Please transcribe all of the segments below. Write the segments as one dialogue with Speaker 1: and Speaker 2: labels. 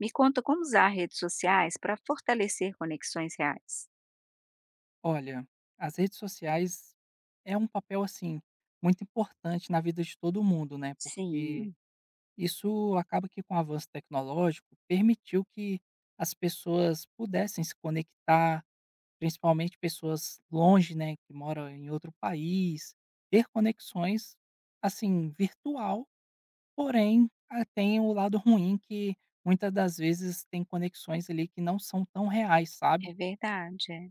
Speaker 1: Me conta como usar redes sociais para fortalecer conexões reais.
Speaker 2: Olha, as redes sociais é um papel assim muito importante na vida de todo mundo, né? Porque
Speaker 1: Sim,
Speaker 2: isso acaba que com o avanço tecnológico permitiu que as pessoas pudessem se conectar, principalmente pessoas longe, né, que moram em outro país, ter conexões assim virtual, porém tem o lado ruim que muitas das vezes tem conexões ali que não são tão reais, sabe?
Speaker 1: é verdade, é.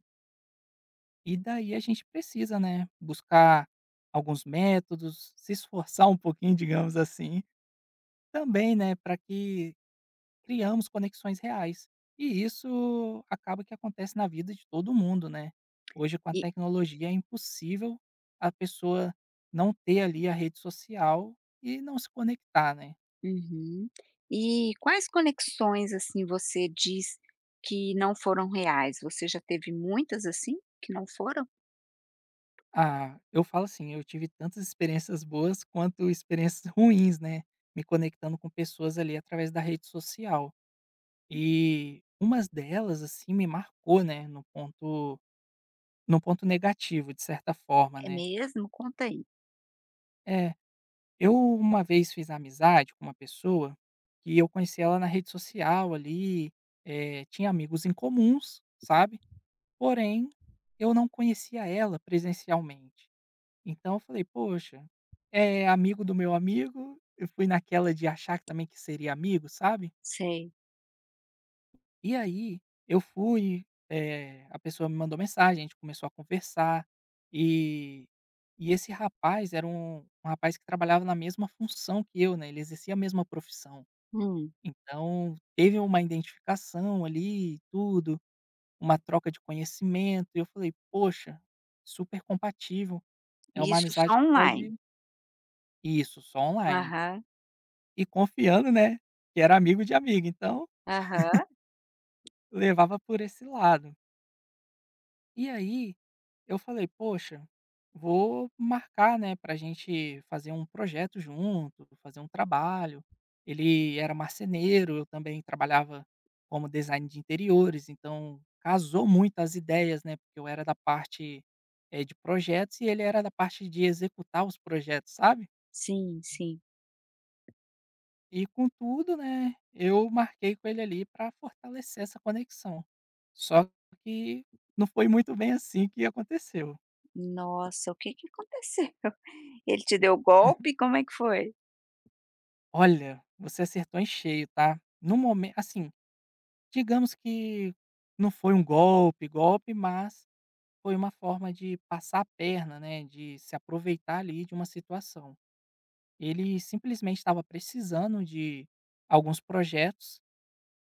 Speaker 2: E daí a gente precisa, né, buscar alguns métodos, se esforçar um pouquinho, digamos assim, também, né, para que criamos conexões reais. E isso acaba que acontece na vida de todo mundo, né? Hoje com a
Speaker 1: E,
Speaker 2: tecnologia é impossível a pessoa não ter ali a rede social e não se conectar, né?
Speaker 1: uhum. E quais conexões assim você diz que não foram reais? Você já teve muitas assim que não foram?
Speaker 2: Ah, eu falo assim, eu tive tantas experiências boas quanto experiências ruins, né? Me conectando com pessoas ali através da rede social. E umas delas, assim, me marcou, né, no ponto negativo, de certa forma,
Speaker 1: É
Speaker 2: né.
Speaker 1: mesmo? Conta aí.
Speaker 2: É, eu uma vez fiz amizade com uma pessoa que eu conheci ela na rede social ali, tinha amigos em comuns, sabe, porém eu não conhecia ela presencialmente. Então eu falei: "Poxa, é amigo do meu amigo", eu fui naquela de achar que também que seria amigo, sabe?
Speaker 1: Sei.
Speaker 2: E aí, eu fui, a pessoa me mandou mensagem, a gente começou a conversar, e e esse rapaz era um rapaz que trabalhava na mesma função que eu, né, ele exercia a mesma profissão.
Speaker 1: Hum.
Speaker 2: Então, teve uma identificação ali e tudo, uma troca de conhecimento, e eu falei: "Poxa, super compatível, é uma
Speaker 1: Isso só
Speaker 2: amizade que
Speaker 1: online.
Speaker 2: pode." Isso, só online.
Speaker 1: Aham,
Speaker 2: E confiando, né, que era amigo de amigo, então
Speaker 1: aham.
Speaker 2: levava por esse lado. E aí eu falei: "Poxa, vou marcar, né, pra gente fazer um projeto junto, fazer um trabalho". Ele era marceneiro, eu também trabalhava como design de interiores, então casou muito as ideias, né, porque eu era da parte, de projetos e ele era da parte de executar os projetos, sabe.
Speaker 1: Sim, sim.
Speaker 2: E contudo, né, eu marquei com ele ali para fortalecer essa conexão. Só que não foi muito bem assim que aconteceu.
Speaker 1: Nossa, o que que aconteceu? Ele te deu golpe? Como é que foi?
Speaker 2: Olha, você acertou em cheio, tá. No momento, assim, digamos que não foi um golpe, golpe, mas foi uma forma de passar a perna, né, de se aproveitar ali de uma situação. Ele simplesmente estava precisando de alguns projetos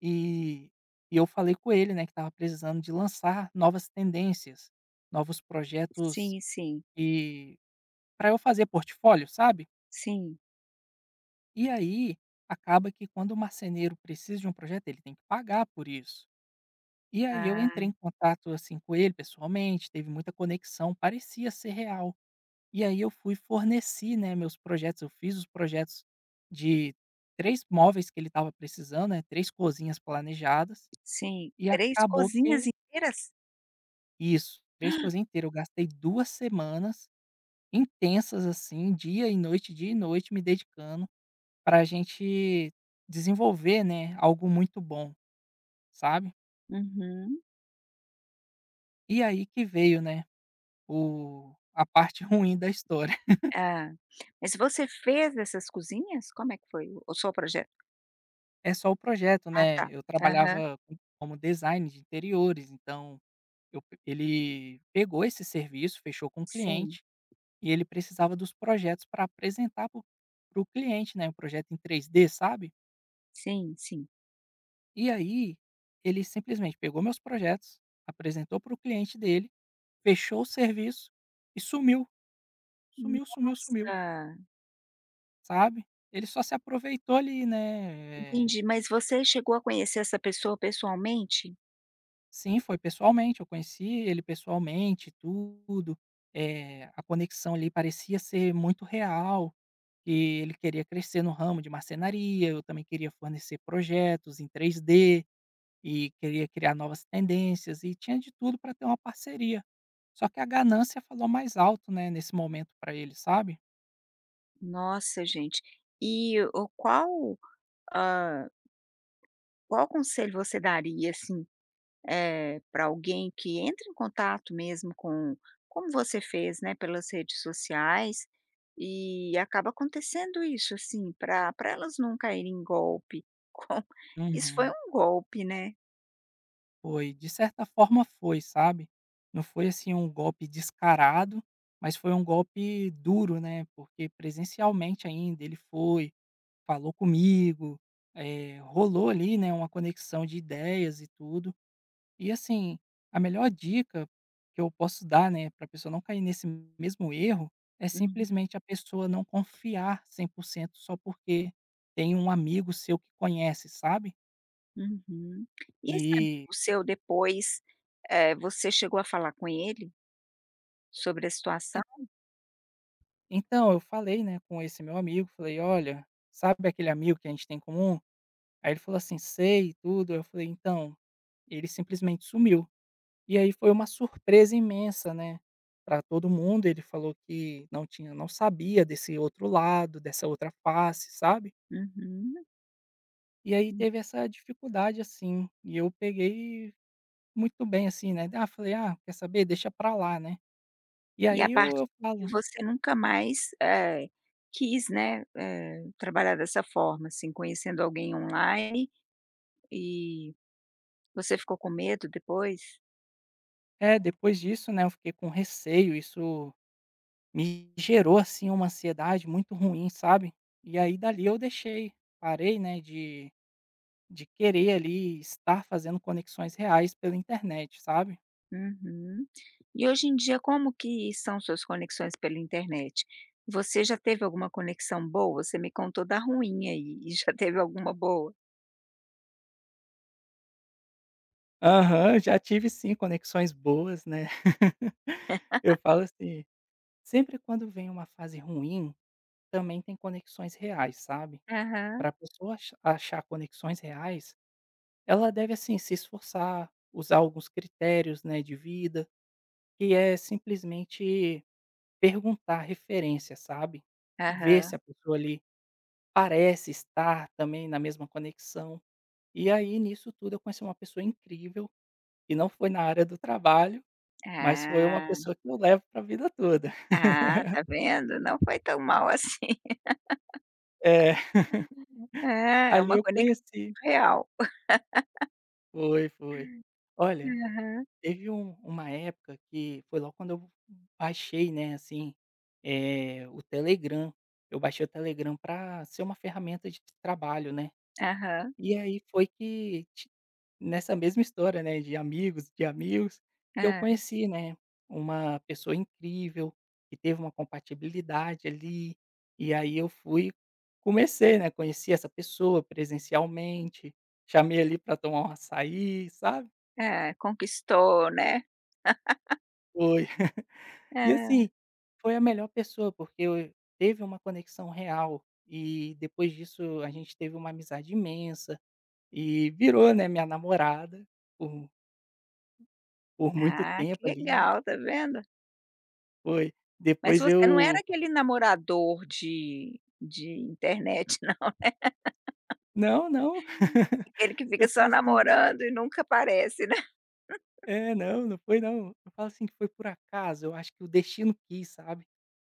Speaker 2: e eu falei com ele, né, que estava precisando de lançar novas tendências, novos projetos
Speaker 1: Sim, sim,
Speaker 2: e para eu fazer portfólio, sabe?
Speaker 1: sim.
Speaker 2: E aí, acaba que quando o marceneiro precisa de um projeto, ele tem que pagar por isso. E aí eu entrei
Speaker 1: Ah.
Speaker 2: em contato, assim, com ele pessoalmente, teve muita conexão, parecia ser real. E aí eu fui forneci, né, meus projetos, eu fiz os projetos de 3 móveis que ele estava precisando, né, 3 cozinhas planejadas,
Speaker 1: Sim,
Speaker 2: e
Speaker 1: 3
Speaker 2: acabou
Speaker 1: cozinhas
Speaker 2: que
Speaker 1: inteiras?
Speaker 2: isso, 3 cozinhas inteiras, eu gastei 2 semanas intensas, assim, dia e noite me dedicando para a gente desenvolver, né, algo muito bom, sabe.
Speaker 1: Uhum.
Speaker 2: E aí que veio, né, o a parte ruim da história.
Speaker 1: Hã. Mas você fez essas cozinhas? Como é que foi o seu projeto?
Speaker 2: É só o projeto,
Speaker 1: Ah,
Speaker 2: né,
Speaker 1: tá.
Speaker 2: eu
Speaker 1: Aham.
Speaker 2: trabalhava co como design de interiores, então eu pe ele pegou esse serviço, fechou com o
Speaker 1: Sim,
Speaker 2: cliente, e ele precisava dos projetos para apresentar para o cliente, né, um projeto em 3D, sabe.
Speaker 1: sim, sim.
Speaker 2: E aí, ele simplesmente pegou meus projetos, apresentou para o cliente dele, fechou o serviço e sumiu. Sumiu, sumiu, sumiu,
Speaker 1: Nossa,
Speaker 2: sabe. Ele só se aproveitou ali, né,
Speaker 1: entendi. Mas você chegou a conhecer essa pessoa pessoalmente?
Speaker 2: sim, foi pessoalmente, eu conheci ele pessoalmente tudo, a conexão ali parecia ser muito real, que ele queria crescer no ramo de marcenaria, eu também queria fornecer projetos em 3D e queria criar novas tendências e tinha de tudo para ter uma parceria. Só que a ganância falou mais alto, né, nesse momento para ele, sabe.
Speaker 1: Nossa, gente. E o qual, hã, qual conselho você daria, assim, para alguém que entre em contato mesmo com como você fez, né, pelas redes sociais, e acaba acontecendo isso, assim, para elas não caírem em golpe. Com isso foi
Speaker 2: Uhum.
Speaker 1: um golpe, né.
Speaker 2: Foi, de certa forma foi, sabe. Não foi, assim, um golpe descarado, mas foi um golpe duro, né, porque presencialmente ainda ele foi, falou comigo, rolou ali, né, uma conexão de ideias e tudo. E assim, a melhor dica que eu posso dar, né, pra pessoa não cair nesse mesmo erro, é
Speaker 1: Uhum,
Speaker 2: simplesmente a pessoa não confiar 100% só porque tem um amigo seu que conhece, sabe.
Speaker 1: uhum. E esse
Speaker 2: E
Speaker 1: amigo seu depois, você chegou a falar com ele sobre a situação?
Speaker 2: Então, eu falei, né, com esse meu amigo, falei: "Olha, sabe aquele amigo que a gente tem em comum?" Aí ele falou assim: "Sei e tudo". Eu falei: "Então, ele simplesmente sumiu". E aí foi uma surpresa imensa, né, para todo mundo. Ele falou que não sabia desse outro lado, dessa outra face, sabe.
Speaker 1: Uhum.
Speaker 2: E aí teve essa dificuldade, assim, e eu peguei muito bem, assim, né. Ah, falei: "Ah, quer saber? Deixa pra lá, né". E
Speaker 1: E a
Speaker 2: aí eu
Speaker 1: partir
Speaker 2: eu
Speaker 1: daí
Speaker 2: falo
Speaker 1: você nunca mais, quis, né, trabalhar dessa forma, assim, conhecendo alguém online. E você ficou com medo depois?
Speaker 2: é, depois disso, né, eu fiquei com receio, isso me gerou, assim, uma ansiedade muito ruim, sabe. E aí dali eu deixei, parei, né, de querer ali estar fazendo conexões reais pela internet, sabe.
Speaker 1: Uhum. E hoje em dia, como que são suas conexões pela internet? Você já teve alguma conexão boa? Você me contou da ruim aí, e já teve alguma boa?
Speaker 2: Aham, já tive sim conexões boas, né. Eu falo assim, sempre quando vem uma fase ruim, também tem conexões reais, sabe.
Speaker 1: Aham,
Speaker 2: Pra pessoa achar conexões reais, ela deve, assim, se esforçar, usar alguns critérios, né, de vida, que é simplesmente perguntar referência, sabe. Ver se a
Speaker 1: aham.
Speaker 2: pessoa ali parece estar também na mesma conexão. E aí nisso tudo eu conheci uma pessoa incrível, e não foi na área do trabalho, mas foi uma
Speaker 1: Ah,
Speaker 2: pessoa que eu levo para a vida toda.
Speaker 1: ah, tá vendo? Não foi tão mal assim.
Speaker 2: É,
Speaker 1: É, é
Speaker 2: ali
Speaker 1: uma
Speaker 2: eu
Speaker 1: conexão
Speaker 2: conheci
Speaker 1: real.
Speaker 2: foi, foi. Olha,
Speaker 1: Aham,
Speaker 2: teve uma época que foi logo quando eu baixei, né, assim, o Telegram. Eu baixei o Telegram para ser uma ferramenta de trabalho, né.
Speaker 1: aham.
Speaker 2: E aí foi que ti Nessa mesma história, né, de amigos, que eu
Speaker 1: É,
Speaker 2: conheci, né, uma pessoa incrível, que teve uma compatibilidade ali, e aí eu fui comecei, né, conheci essa pessoa presencialmente, chamei ali para tomar um açaí, sabe.
Speaker 1: é, conquistou, né?
Speaker 2: Foi. E
Speaker 1: É.
Speaker 2: assim, foi a melhor pessoa, porque eu teve uma conexão real, e depois disso a gente teve uma amizade imensa, e virou, né, minha namorada por por muito
Speaker 1: Ah,
Speaker 2: tempo
Speaker 1: que
Speaker 2: ali.
Speaker 1: legal, tá vendo?
Speaker 2: Foi.
Speaker 1: Mas
Speaker 2: Depois
Speaker 1: você não era
Speaker 2: eu
Speaker 1: aquele namorador de internet não,
Speaker 2: não, não.
Speaker 1: aquele que fica
Speaker 2: Eu
Speaker 1: só
Speaker 2: falo assim
Speaker 1: namorando e nunca aparece, né.
Speaker 2: é, não, não foi não. Eu falo assim que foi por acaso, eu acho que o destino quis, sabe.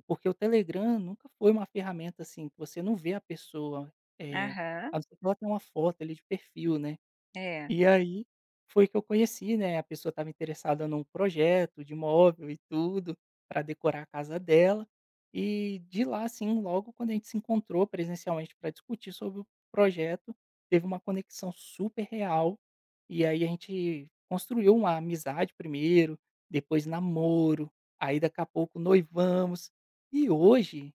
Speaker 2: Porque o Telegram nunca foi uma ferramenta, assim, que você não vê a pessoa, é
Speaker 1: Aham,
Speaker 2: a não ser que ela tenha uma foto ali de perfil, né.
Speaker 1: é.
Speaker 2: E aí, foi que eu conheci, né, a pessoa estava interessada num projeto de móvel e tudo, para decorar a casa dela. E de lá, assim, logo quando a gente se encontrou presencialmente para discutir sobre o projeto, teve uma conexão super real, e aí a gente construiu uma amizade primeiro, depois namoro, aí daqui a pouco noivamos. E hoje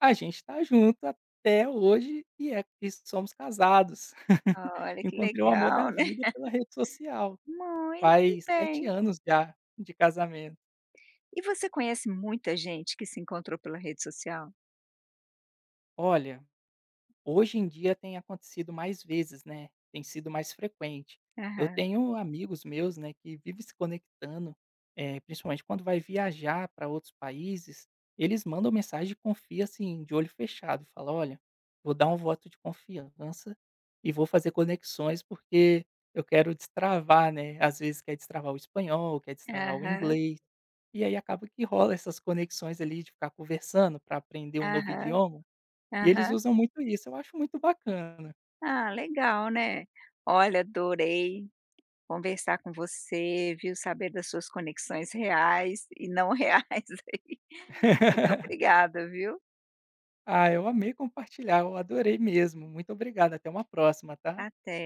Speaker 2: a gente tá junto até hoje e é e somos casados.
Speaker 1: Olha que
Speaker 2: Encontrei o amor
Speaker 1: legal,
Speaker 2: da
Speaker 1: né.
Speaker 2: vida pela rede social.
Speaker 1: Muito
Speaker 2: Faz 7
Speaker 1: bem.
Speaker 2: anos já de casamento.
Speaker 1: E você conhece muita gente que se encontrou pela rede social?
Speaker 2: Olha, hoje em dia tem acontecido mais vezes, né, tem sido mais frequente. Eu
Speaker 1: Aham,
Speaker 2: tenho amigos meus, né, que vivem se conectando, principalmente quando vai viajar para outros países, eles mandam mensagem de confia, assim, de olho fechado, fala: "Olha, vou dar um voto de confiança e vou fazer conexões, porque eu quero destravar", né, às vezes quer destravar o espanhol, quer destravar o
Speaker 1: aham,
Speaker 2: inglês, e aí acaba que rola essas conexões ali de ficar conversando para aprender um novo
Speaker 1: aham,
Speaker 2: idioma. E eles
Speaker 1: aham.
Speaker 2: usam muito isso, eu acho muito bacana.
Speaker 1: Ah, legal, né. Olha, adorei conversar com você, viu, saber das suas conexões reais e não reais aí. Muito obrigada, viu.
Speaker 2: Ah, eu amei compartilhar, eu adorei mesmo. Muito obrigado, até uma próxima, tá?
Speaker 1: Até.